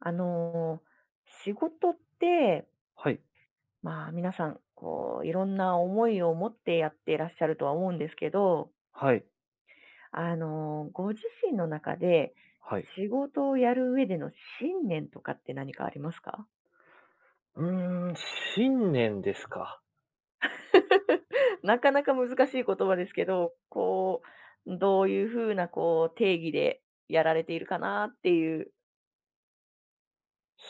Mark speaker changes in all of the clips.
Speaker 1: あの、仕事って、
Speaker 2: はい、
Speaker 1: 皆さん、いろんな思いを持ってやっていらっしゃるとは思うんですけど、
Speaker 2: はい、
Speaker 1: ご自身の中で、
Speaker 2: はい。
Speaker 1: 仕事をやる上での信念とかって何かありますか？
Speaker 2: うーん、新年ですか。
Speaker 1: なかなか難しい言葉ですけど、どういうふうな、定義でやられているかなっていう。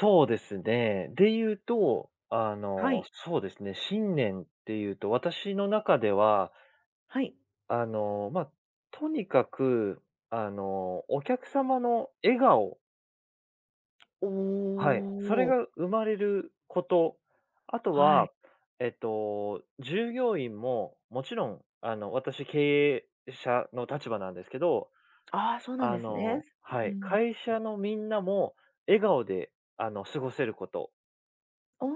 Speaker 2: そうですね。で言うと、
Speaker 1: はい、
Speaker 2: そうですね、新年っていうと、私の中では、
Speaker 1: はい。
Speaker 2: まあ、とにかく、お客様の笑顔、
Speaker 1: お
Speaker 2: はい、それ
Speaker 1: お、
Speaker 2: が生まれること、あと
Speaker 1: はい。
Speaker 2: は、従業員も、もちろん、私経営者の立場なんですけど、
Speaker 1: ああ、そうなんですね。
Speaker 2: は
Speaker 1: う
Speaker 2: い、
Speaker 1: ん。
Speaker 2: 会社のみんなも笑顔で、過ごせること。
Speaker 1: お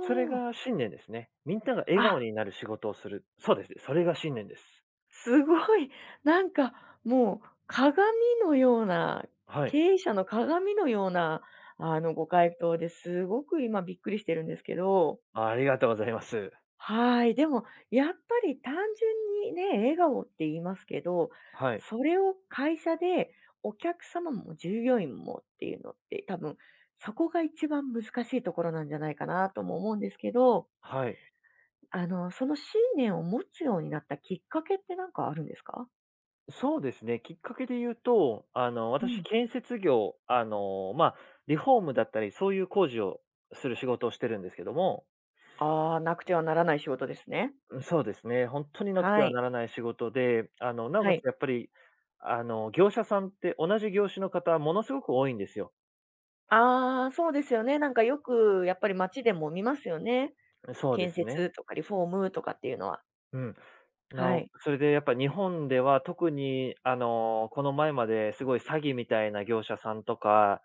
Speaker 2: それ
Speaker 1: お。
Speaker 2: が信念ですね。みんなが笑顔
Speaker 1: あ、
Speaker 2: になる仕事をする。そうですね、それが信念です。
Speaker 1: すごい。なんかもう鏡のような、
Speaker 2: は
Speaker 1: 経
Speaker 2: い。
Speaker 1: 営者の鏡のような、ご回答ですごく今びっくりしてるんですけど。
Speaker 2: ありがとうございます。
Speaker 1: はい。でもやっぱり単純にね、笑顔って言いますけど、
Speaker 2: はい。
Speaker 1: それを会社でお客様も従業員もっていうのって、多分そこが一番難しいところなんじゃないかなとも思うんですけど、
Speaker 2: はい。
Speaker 1: その信念を持つようになったきっかけってなんかあるんですか？
Speaker 2: そうですね、きっかけで言うと、
Speaker 1: う
Speaker 2: 私、
Speaker 1: ん。
Speaker 2: 建設業、まあ、リフォームだったり、そういう工事をする仕事をしてるんですけども。
Speaker 1: ああ、なくてはならない仕事ですね。
Speaker 2: そうですね。本当になくて
Speaker 1: は
Speaker 2: は
Speaker 1: い。
Speaker 2: ならない仕事で、なお
Speaker 1: は
Speaker 2: かつ
Speaker 1: い。
Speaker 2: やっぱり、業者さんって同じ業種の方、ものすごく多いんですよ。
Speaker 1: ああ、そうですよね。なんかよくやっぱり街でも見ますよね。
Speaker 2: そうで
Speaker 1: 建
Speaker 2: す
Speaker 1: 設
Speaker 2: ね。
Speaker 1: とかリフォームとかっていうのは。
Speaker 2: うん。な
Speaker 1: は
Speaker 2: お
Speaker 1: い。
Speaker 2: それでやっぱ日本では特に、この前まですごい詐欺みたいな業者さんとか、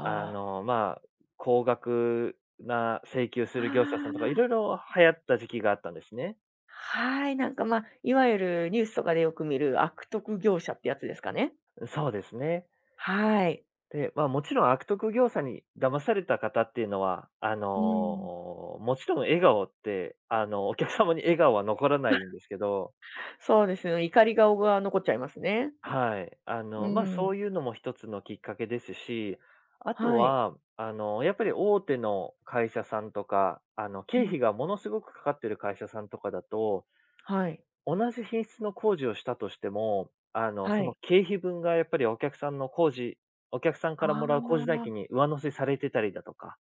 Speaker 1: あ。
Speaker 2: まあ、高額な請求
Speaker 1: あ
Speaker 2: する業者さんとか、いろい
Speaker 1: あ、
Speaker 2: ろ流行った時期があったんですね。
Speaker 1: はい。なんか、いわゆるニュースとかでよく見る悪徳業者ってやつですかね。
Speaker 2: そうですね。
Speaker 1: はい。
Speaker 2: で、まあ、もちろん悪徳業者に騙された方っていうのは、
Speaker 1: うん。
Speaker 2: もちろん笑顔って、お客様に笑顔は残らないんですけど、
Speaker 1: そうですね。怒り顔が残っちゃいますね。
Speaker 2: はい。
Speaker 1: う
Speaker 2: まあ、
Speaker 1: ん。
Speaker 2: そういうのも一つのきっかけですし、あと
Speaker 1: はい。
Speaker 2: は、やっぱり大手の会社さんとか、
Speaker 1: う
Speaker 2: 経
Speaker 1: ん。
Speaker 2: 費がものすごくかかってる会社さんとかだと、
Speaker 1: はい。
Speaker 2: 同じ品質の工事をしたとしても、
Speaker 1: は
Speaker 2: その
Speaker 1: い。
Speaker 2: 経費分がやっぱりお客さん
Speaker 1: あ
Speaker 2: からもらう工事代金
Speaker 1: あ。
Speaker 2: に上乗せされてたりだとか。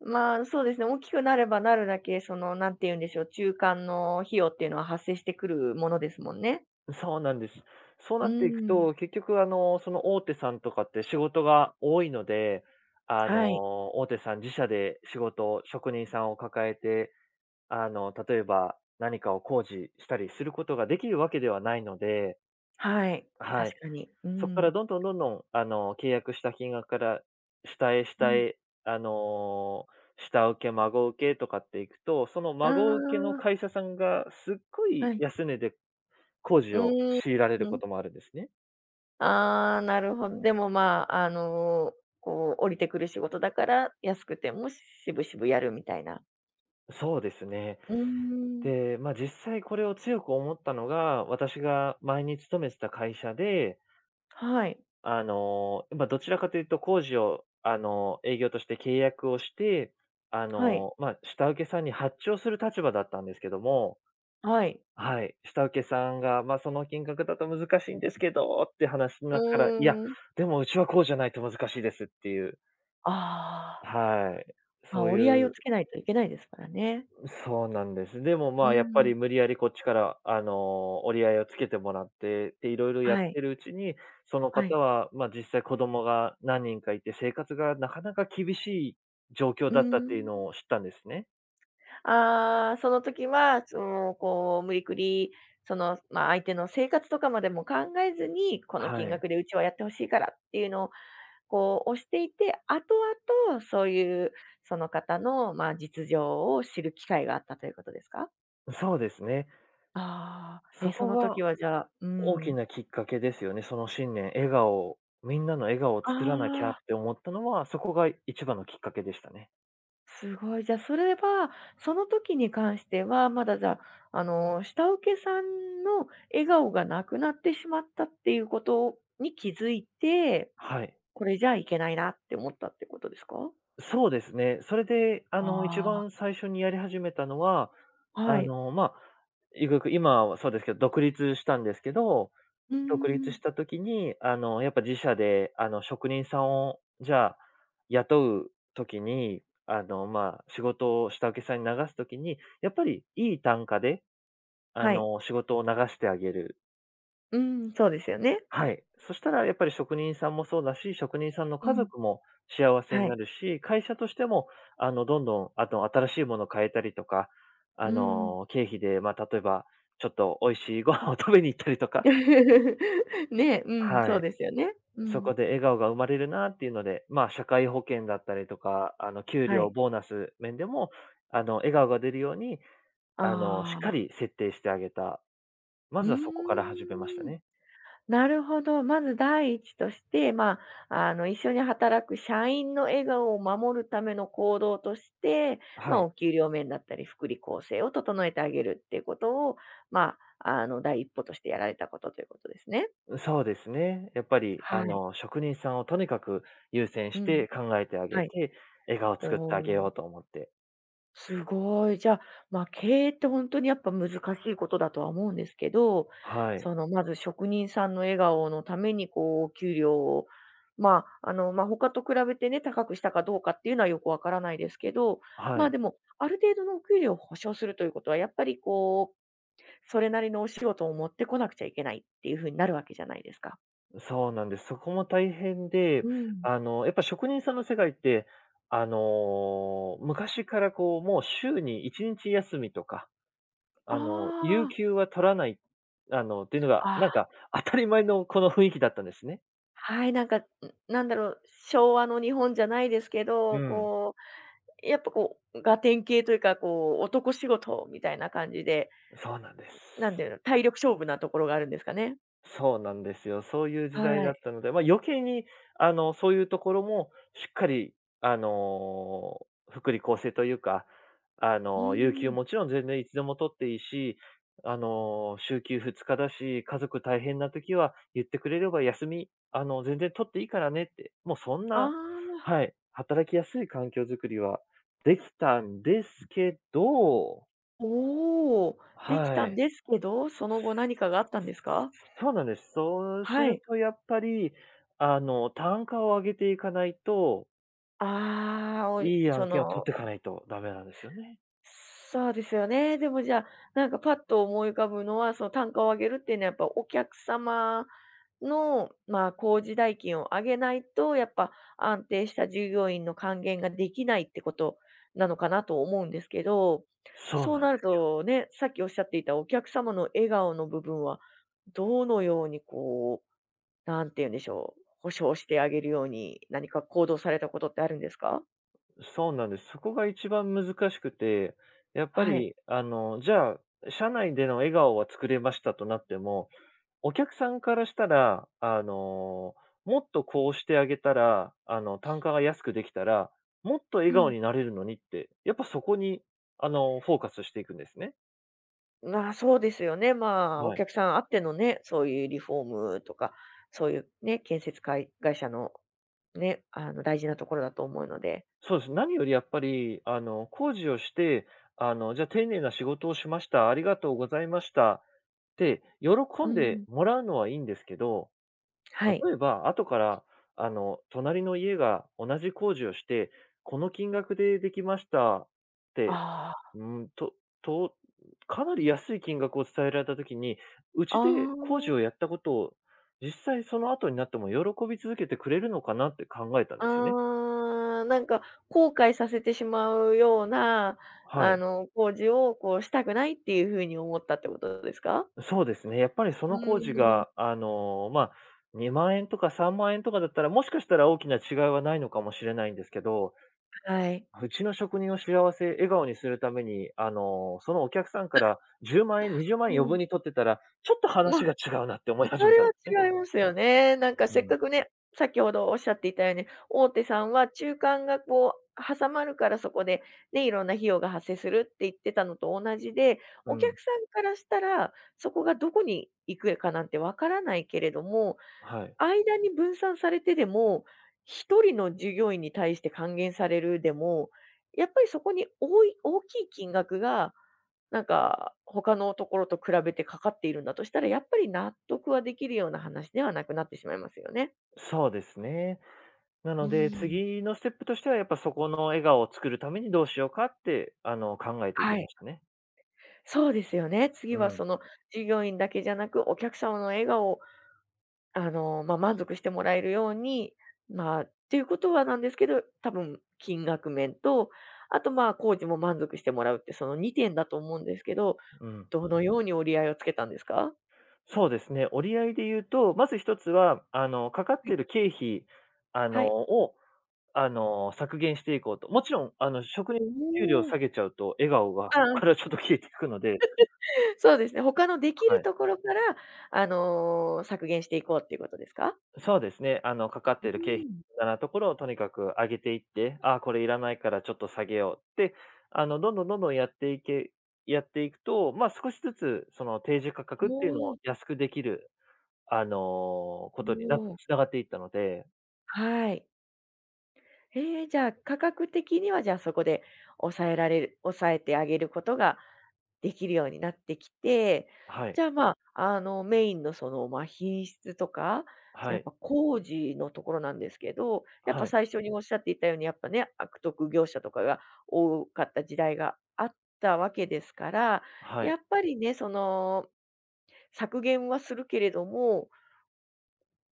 Speaker 1: そうですね、大きくなればなるだけ、なんて言うんでしょう、中間の費用っていうのは発生してくるものですもんね。
Speaker 2: そうなんです。そう
Speaker 1: う
Speaker 2: なっていく
Speaker 1: ーん。
Speaker 2: と、結局その大手さんとかって仕事が多いので、
Speaker 1: はい、
Speaker 2: 大手さん自社で仕事を職人さんを抱えて、例えば何かを工事したりすることができるわけではないので、
Speaker 1: はい、
Speaker 2: は
Speaker 1: 確
Speaker 2: い。
Speaker 1: かに。う
Speaker 2: そこか
Speaker 1: ん。
Speaker 2: らどんどんどんどん、契約した金額から下へ
Speaker 1: う
Speaker 2: 下
Speaker 1: ん。
Speaker 2: へ、あの、下請け、孫請けとかっていくと、その
Speaker 1: あ
Speaker 2: 孫請けの
Speaker 1: あ、
Speaker 2: 会社さんがすっご
Speaker 1: は
Speaker 2: い
Speaker 1: い。
Speaker 2: 安値で工事
Speaker 1: う
Speaker 2: を
Speaker 1: ーん、
Speaker 2: 強いられる
Speaker 1: う
Speaker 2: こ
Speaker 1: ん。
Speaker 2: ともあるんですね。
Speaker 1: ああ、なるほど。でも、降りてくる仕事だから、安くても渋々やるみたいな。
Speaker 2: そうですね。
Speaker 1: うーん。
Speaker 2: で、まあ、実際これを強く思ったのが、私が前に勤めてた会社で、
Speaker 1: はい、
Speaker 2: まあ、どちらかというと工事を、営業として契約をして、
Speaker 1: はい、
Speaker 2: まあ、下請けさんに発注をする立場だったんですけども、
Speaker 1: はい。
Speaker 2: はい、下請けさんが、まあ、その金額だと難しいんですけど、って話の
Speaker 1: う
Speaker 2: 中から、いや、
Speaker 1: ーん。
Speaker 2: でもうちはこうじゃないと難しいですっていう、
Speaker 1: ああ、
Speaker 2: はい、そう
Speaker 1: 折り合い
Speaker 2: い
Speaker 1: を
Speaker 2: う
Speaker 1: つけないといけないですからね。
Speaker 2: そうなんです。でも、
Speaker 1: う
Speaker 2: まあ、やっぱ
Speaker 1: ん。
Speaker 2: り無理やりこっちから、折り合いをつけてもらって、で、いろいろや
Speaker 1: は
Speaker 2: っ
Speaker 1: い、
Speaker 2: てるうちに、その
Speaker 1: は
Speaker 2: 方
Speaker 1: い。
Speaker 2: は、まあ、実際子供が何人かいて、生活がなかなか厳しい状況
Speaker 1: う
Speaker 2: だったっていう
Speaker 1: ー
Speaker 2: の
Speaker 1: ん。
Speaker 2: を知ったんですね。
Speaker 1: ああ、その時は、無理くり、相手の生活とかまでも考えずに、この金
Speaker 2: はい。
Speaker 1: 額でうちはやってほしいからっていうのを、押していて、後々そういう、その方の、実情を知る機会があったということですか？
Speaker 2: そうですね。
Speaker 1: ああー、
Speaker 2: そ
Speaker 1: そ
Speaker 2: こ
Speaker 1: の時
Speaker 2: が
Speaker 1: はじゃあ。う
Speaker 2: 大き
Speaker 1: ん。
Speaker 2: なきっかけですよね。その信念、笑顔、みんなの笑顔を
Speaker 1: あ
Speaker 2: 作らなきゃっ
Speaker 1: あ。
Speaker 2: て思ったのは、そこが一番のきっかけでしたね。
Speaker 1: すごい。じゃあ、それは、その時に関しては、まだじゃあ、下請けさんの笑顔がなくなってしまったっていうことに気づいて、
Speaker 2: はい。
Speaker 1: これじゃあいけないなって思ったってことですか？
Speaker 2: そうですね。それで、一
Speaker 1: あ
Speaker 2: 番最初にやり始めたのは、
Speaker 1: あー。はい。
Speaker 2: まあ、ゆくゆく今はそうですけど、独立したんですけど、
Speaker 1: うー
Speaker 2: 独立
Speaker 1: ん。
Speaker 2: した時に、やっぱ自社で、職人さんを、じゃあ、雇う時に、まあ、仕事を下請けさんに流す時に、やっぱりいい単価で、
Speaker 1: はい。
Speaker 2: 仕事を流してあげる。
Speaker 1: うーん、そうですよね。
Speaker 2: はい。そしたらやっぱり職人さんもそうだし、職人さんの
Speaker 1: う
Speaker 2: 家
Speaker 1: ん。
Speaker 2: 族も幸せ
Speaker 1: は
Speaker 2: にな
Speaker 1: い。
Speaker 2: るし、会社としても、どんどん、あと、新しいものを変えたりとか、
Speaker 1: うーん。
Speaker 2: 経費で、まあ、例えば、ちょっと美味しいご飯を食べに行ったりとか、
Speaker 1: ね、うん、
Speaker 2: は
Speaker 1: そう
Speaker 2: い。
Speaker 1: ですよね。う
Speaker 2: そ
Speaker 1: ん。
Speaker 2: こで笑顔が生まれるなっていうので、まあ、社会保険だったりとか、給
Speaker 1: は
Speaker 2: 料、
Speaker 1: い。
Speaker 2: ボーナス面でも、笑顔が出るように、しっ
Speaker 1: あ
Speaker 2: か
Speaker 1: あ。
Speaker 2: り設定してあげた。ま
Speaker 1: う
Speaker 2: ずはそこか
Speaker 1: ー
Speaker 2: ら始めました
Speaker 1: ん。
Speaker 2: ね。
Speaker 1: なるほど。まず第一として、一緒に働く社員の笑顔を守るための行動として、
Speaker 2: はい。
Speaker 1: お給料面だったり、福利厚生を整えてあげるっていうことを、第一歩としてやられたことということですね。
Speaker 2: そうですね。やっぱり、
Speaker 1: はい。
Speaker 2: 職人さんをとにかく優先
Speaker 1: う
Speaker 2: し
Speaker 1: ん。
Speaker 2: て考えてあげ
Speaker 1: はい。
Speaker 2: て、笑顔を作ってあげ
Speaker 1: お
Speaker 2: ようと
Speaker 1: ー、
Speaker 2: 思って。
Speaker 1: すごい。じゃあ、経営って本当にやっぱ難しいことだとは思うんですけど、
Speaker 2: はい。
Speaker 1: まず職人さんの笑顔のために、お給料を、他と比べてね、高くしたかどうかっていうのはよくわからないですけど、
Speaker 2: はい。
Speaker 1: でも、ある程度のお給料を保証するということは、やっぱり、それなりのお仕事を持ってこなくちゃいけないっていう風になるわけじゃないですか。
Speaker 2: そうなんです。そこも大変で、
Speaker 1: うん。
Speaker 2: やっぱ職人さんの世界って、昔からこう、もう週に1日休みとか、
Speaker 1: あ
Speaker 2: 有
Speaker 1: あ。
Speaker 2: 給は取らない、っていうのが、
Speaker 1: ああ、
Speaker 2: なんか当たり前のこの雰囲気だったんですね。
Speaker 1: はい、なんか、なんだろう、昭和の日本じゃないですけ
Speaker 2: う
Speaker 1: ど、
Speaker 2: ん。
Speaker 1: やっぱが典型というか、男仕事みたいな感じで、
Speaker 2: そうなんで
Speaker 1: なんて
Speaker 2: す。
Speaker 1: いうの、体力勝負なところがあるんですかね。
Speaker 2: そうなんですよ。そういう時代
Speaker 1: は
Speaker 2: だっ
Speaker 1: い。
Speaker 2: たので、まあ、余計に、そういうところもしっかり、福利厚生というか、
Speaker 1: う
Speaker 2: 有給
Speaker 1: ーん。
Speaker 2: もちろん全然いつでも取っていいし、週休2日だし、家族大変な時は言ってくれれば休み、全然取っていいからねって、もうそん
Speaker 1: あ
Speaker 2: な。
Speaker 1: あ、
Speaker 2: はい、働きやすい環境づくりはできたんですけど。
Speaker 1: おお、できた
Speaker 2: は
Speaker 1: ん
Speaker 2: い。
Speaker 1: ですけど、その後何かがあったんですか？
Speaker 2: そうなんです。そうす
Speaker 1: は
Speaker 2: る
Speaker 1: い。
Speaker 2: とやっぱり、単価を上げていかないと、
Speaker 1: ああ、おい
Speaker 2: いい
Speaker 1: そ
Speaker 2: 案件を取っ
Speaker 1: の
Speaker 2: ていかないとダメなんですよね。
Speaker 1: そうですよね。でもじゃあ、なんかパッと思い浮かぶのは、その単価を上げるっていうのはやっぱお客様の、工事代金を上げないと、やっぱ安定した従業員の還元ができないってことなのかなと思うんですけど、
Speaker 2: そう
Speaker 1: そう
Speaker 2: なんで
Speaker 1: なるとね、さっきおっしゃっていたお客様の笑顔の部分は、どのようになんて言うんでしょう、保証してあげるように何か行動されたことってあるんですか。
Speaker 2: す。そうなんです。そこが一番難しくて、やっぱ
Speaker 1: はい。
Speaker 2: り、じゃあ、社内での笑顔は作れましたとなっても、お客さんからしたら、もっとこうしてあげたら、単価が安くできたら、もっと笑顔になれるのにって、やっぱそこに、フォーカスしていくんですね。
Speaker 1: そうですよね。お
Speaker 2: はい。
Speaker 1: 客さんあってのね、そういうリフォームとか、そういうね、建設会社のね、大事なところだと思うので。
Speaker 2: そうです。何よりやっぱり、工事をして、じゃあ、丁寧な仕事をしました。ありがとうございました。って喜
Speaker 1: う
Speaker 2: んで
Speaker 1: ん。
Speaker 2: もらうのはいいんですけど、
Speaker 1: はい。
Speaker 2: 例えば後から、隣の家が同じ工事をして、この金額でできましたって、
Speaker 1: あ
Speaker 2: うん、とと、かなり安い金額を伝えられた時に、う
Speaker 1: あ、
Speaker 2: ち
Speaker 1: あ
Speaker 2: で工事をや
Speaker 1: あ、
Speaker 2: ったことを、実際その後になっても喜び続けてくれるのかなって考えたんですよね。
Speaker 1: ああ、なんか後悔させてしまうような、
Speaker 2: はい。
Speaker 1: 工事をこうしたくないっていうふうに思ったってことですか？
Speaker 2: そうですね。やっぱりそ
Speaker 1: う
Speaker 2: の工事
Speaker 1: ん、
Speaker 2: が、まあ、2万円とか3万円とかだったら、もしかしたら大きな違いはないのかもしれないんですけど、
Speaker 1: はい。
Speaker 2: うちの職人を幸せ、笑顔にするために、そのお客さんから10万円、20万
Speaker 1: う
Speaker 2: 円余
Speaker 1: ん。
Speaker 2: 分に取ってたら、ちょっと
Speaker 1: まあ
Speaker 2: 話が違うなって思い
Speaker 1: そ
Speaker 2: 始め
Speaker 1: れ
Speaker 2: たんですね。
Speaker 1: は違いますよね。なんか
Speaker 2: う
Speaker 1: せっ
Speaker 2: ん。
Speaker 1: かくね、先ほどおっしゃっていたように、大手さんは中間がこう挟まるからそこで、ね、いろんな費用が発生するって言ってたのと同じで、
Speaker 2: う
Speaker 1: お客
Speaker 2: ん。
Speaker 1: さんからしたら、そこがどこに行くかなんてわからないけれども、
Speaker 2: はい。
Speaker 1: 間に分散されてでも、一人の従業員に対して還元されるでも、やっぱりそこに多い大きい金額がなんか、他のところと比べてかかっているんだとしたら、やっぱり納得はできるような話ではなくなってしまいますよね。
Speaker 2: そうですね。な
Speaker 1: う
Speaker 2: ので、
Speaker 1: ーん。
Speaker 2: 次のステップとしては、やっぱそこの笑顔を作るためにどうしようかって、考えていき
Speaker 1: は
Speaker 2: ま
Speaker 1: い。
Speaker 2: したね。
Speaker 1: そうですよね。次
Speaker 2: う
Speaker 1: は
Speaker 2: ん。
Speaker 1: その従業員だけじゃなく、お客様の笑顔を、満足してもらえるように、っていうことはなんですけど、多分金額面と、あと、工事も満足してもらうって、その2点だと思うんですけど、
Speaker 2: うん。
Speaker 1: どのように折り合いをつけたんですか？
Speaker 2: そうですね、折り合いで言うと、まず一つは、かかっ
Speaker 1: は
Speaker 2: て
Speaker 1: い。
Speaker 2: いる経費、
Speaker 1: はい。
Speaker 2: を、削減していこうと。もちろん、職人
Speaker 1: お
Speaker 2: 給料下
Speaker 1: お。
Speaker 2: げちゃうと、笑顔がそこ
Speaker 1: あ
Speaker 2: か
Speaker 1: あ、
Speaker 2: らちょっと消えていくので、
Speaker 1: そうですね、他のできる
Speaker 2: はい。
Speaker 1: ところから、削減していこうっていうことですか？
Speaker 2: そうですね、かかっ
Speaker 1: う
Speaker 2: ている経費
Speaker 1: ん。
Speaker 2: だなところをとにかく上げていって、あーこれいらないからちょっと下げようって、どんどんどんどんやっていくと、まあ、少しずつその提示価格っていうの
Speaker 1: お
Speaker 2: を
Speaker 1: ー、
Speaker 2: 安くできる、こ
Speaker 1: お
Speaker 2: とにな
Speaker 1: お。
Speaker 2: 繋がっていったので。
Speaker 1: はい。ええ、じゃあ、価格的には、じゃあ、そこで抑えてあげることができるようになってきて、
Speaker 2: は
Speaker 1: じ
Speaker 2: い、
Speaker 1: ゃあ、メインのその、品質とか、
Speaker 2: は
Speaker 1: やっ
Speaker 2: い。
Speaker 1: ぱ工事のところなんですけど、やっぱ
Speaker 2: はい、
Speaker 1: 最初におっしゃっていたように、やっぱね、悪徳業者とかが多かった時代があったわけですから、
Speaker 2: は
Speaker 1: や
Speaker 2: い。
Speaker 1: っぱりね、削減はするけれども、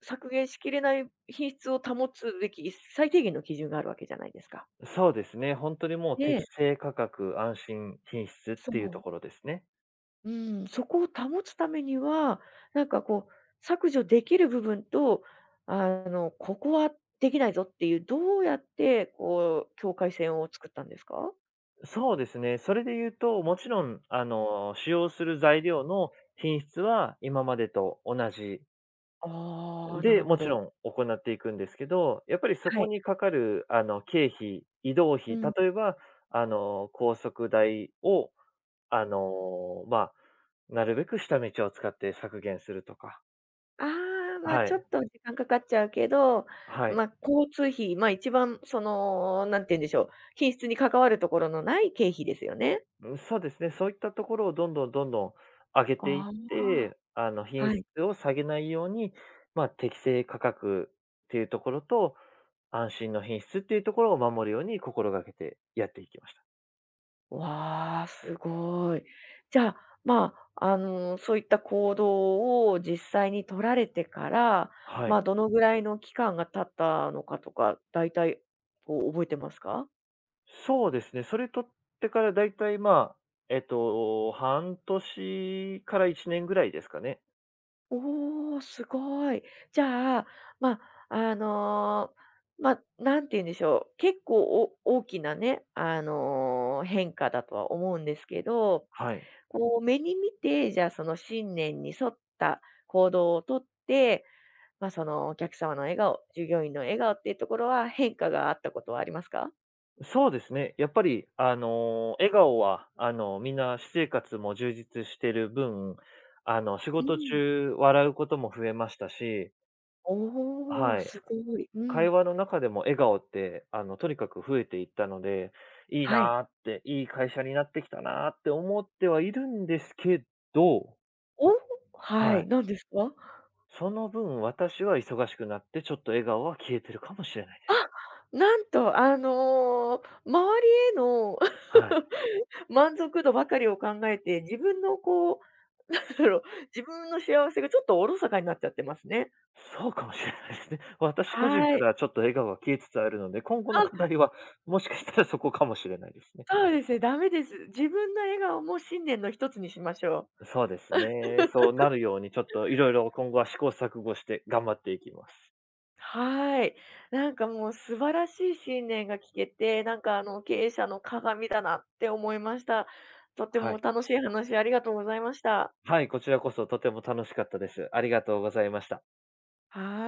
Speaker 1: 削減しきれない品質を保つべき最低限の基準があるわけじゃないですか。
Speaker 2: そうですね。本当にもう
Speaker 1: ね
Speaker 2: 適
Speaker 1: え。
Speaker 2: 正価格、安心、品質っ
Speaker 1: そ
Speaker 2: ていうと
Speaker 1: う。
Speaker 2: ころですね。
Speaker 1: うん、そこを保つためには、なんか削除できる部分と、ここはできないぞっていう、どうやって境界線を作ったんですか？
Speaker 2: そうですね。それで言うと、もちろん、使用する材料の品質は今までと同じ
Speaker 1: ああ、な
Speaker 2: で、
Speaker 1: るほ
Speaker 2: もち
Speaker 1: ど。
Speaker 2: ろん行っていくんですけど、やっぱりそ
Speaker 1: は
Speaker 2: こ
Speaker 1: い。
Speaker 2: にかかる、経費、移動
Speaker 1: う
Speaker 2: 費、
Speaker 1: ん。
Speaker 2: 例えば、高速代を、まあ、なるべく下道を使って削減するとか。
Speaker 1: ああ、
Speaker 2: は
Speaker 1: ちょっ
Speaker 2: い、
Speaker 1: と時間かかっちゃうけど、
Speaker 2: はい。
Speaker 1: 交通費、一番なんて言うんでしょう、品質に関わるところのない経費ですよね。
Speaker 2: うん、そうですね。そういったところをどんどんどんどん上げていっ
Speaker 1: ああ、
Speaker 2: て、品
Speaker 1: は
Speaker 2: 質
Speaker 1: い。
Speaker 2: を下げないように、まあ、適正価格っていうところと、安心の品質っていうところを守るように心がけてやっていきました。
Speaker 1: わあ、すごい。じゃあ、そういった行動を実際に取られてから、
Speaker 2: はい。
Speaker 1: どのぐらいの期間が経ったのかとか、大体、覚えてますか？
Speaker 2: そうですね。それ取ってからだいたい、まあ、半年から1年ぐらいですかね。
Speaker 1: おお、すごい。じゃあ、まあ、あの、なんて言うんでしょう、結構大きなね、変化だとは思うんですけど、
Speaker 2: はい。
Speaker 1: 目に見て、じゃあ、その信念に沿った行動をとって、そのお客様の笑顔、従業員の笑顔っていうところは変化があったことはありますか？
Speaker 2: そうですね。やっぱり、笑顔は、みんな私生活も充実してる分、仕
Speaker 1: う
Speaker 2: 事
Speaker 1: ん。
Speaker 2: 中笑うことも増えましたし、
Speaker 1: おお、
Speaker 2: はい。
Speaker 1: すごい。う
Speaker 2: 会
Speaker 1: ん。
Speaker 2: 話の中でも笑顔って、とにかく増えていったので、いい
Speaker 1: はい。
Speaker 2: なーって、いい会社になってきたなーって思ってはいるんですけど、
Speaker 1: おは
Speaker 2: は
Speaker 1: い、
Speaker 2: い。
Speaker 1: 何ですか？
Speaker 2: その分、私は忙しくなって、ちょっと笑顔は消えてるかもしれないで
Speaker 1: あ、
Speaker 2: す。
Speaker 1: なんと周りへの
Speaker 2: はい。
Speaker 1: 満足度ばかりを考えて、自分のなんだろう、自分の幸せがちょっとおろそかになっちゃってますね。
Speaker 2: そうかもしれないですね。私個人
Speaker 1: は
Speaker 2: か
Speaker 1: い。
Speaker 2: らはちょっと笑顔が消えつつあるので、今後
Speaker 1: あ、
Speaker 2: の課題はもしかしたらそこかもしれないですね。
Speaker 1: そうですね、ダメです。自分の笑顔も信念の一つにしましょう。
Speaker 2: そうですね。そうなるようにちょっといろいろ今後は試行錯誤して頑張っていきます。
Speaker 1: はい。なんかもう素晴らしい信念が聞けて、なんか経営者の鏡だなって思いました。とて
Speaker 2: は
Speaker 1: も
Speaker 2: い。
Speaker 1: 楽しい話ありがとうございました。
Speaker 2: はい、こちらこそとても楽しかったです。ありがとうございました。
Speaker 1: はい。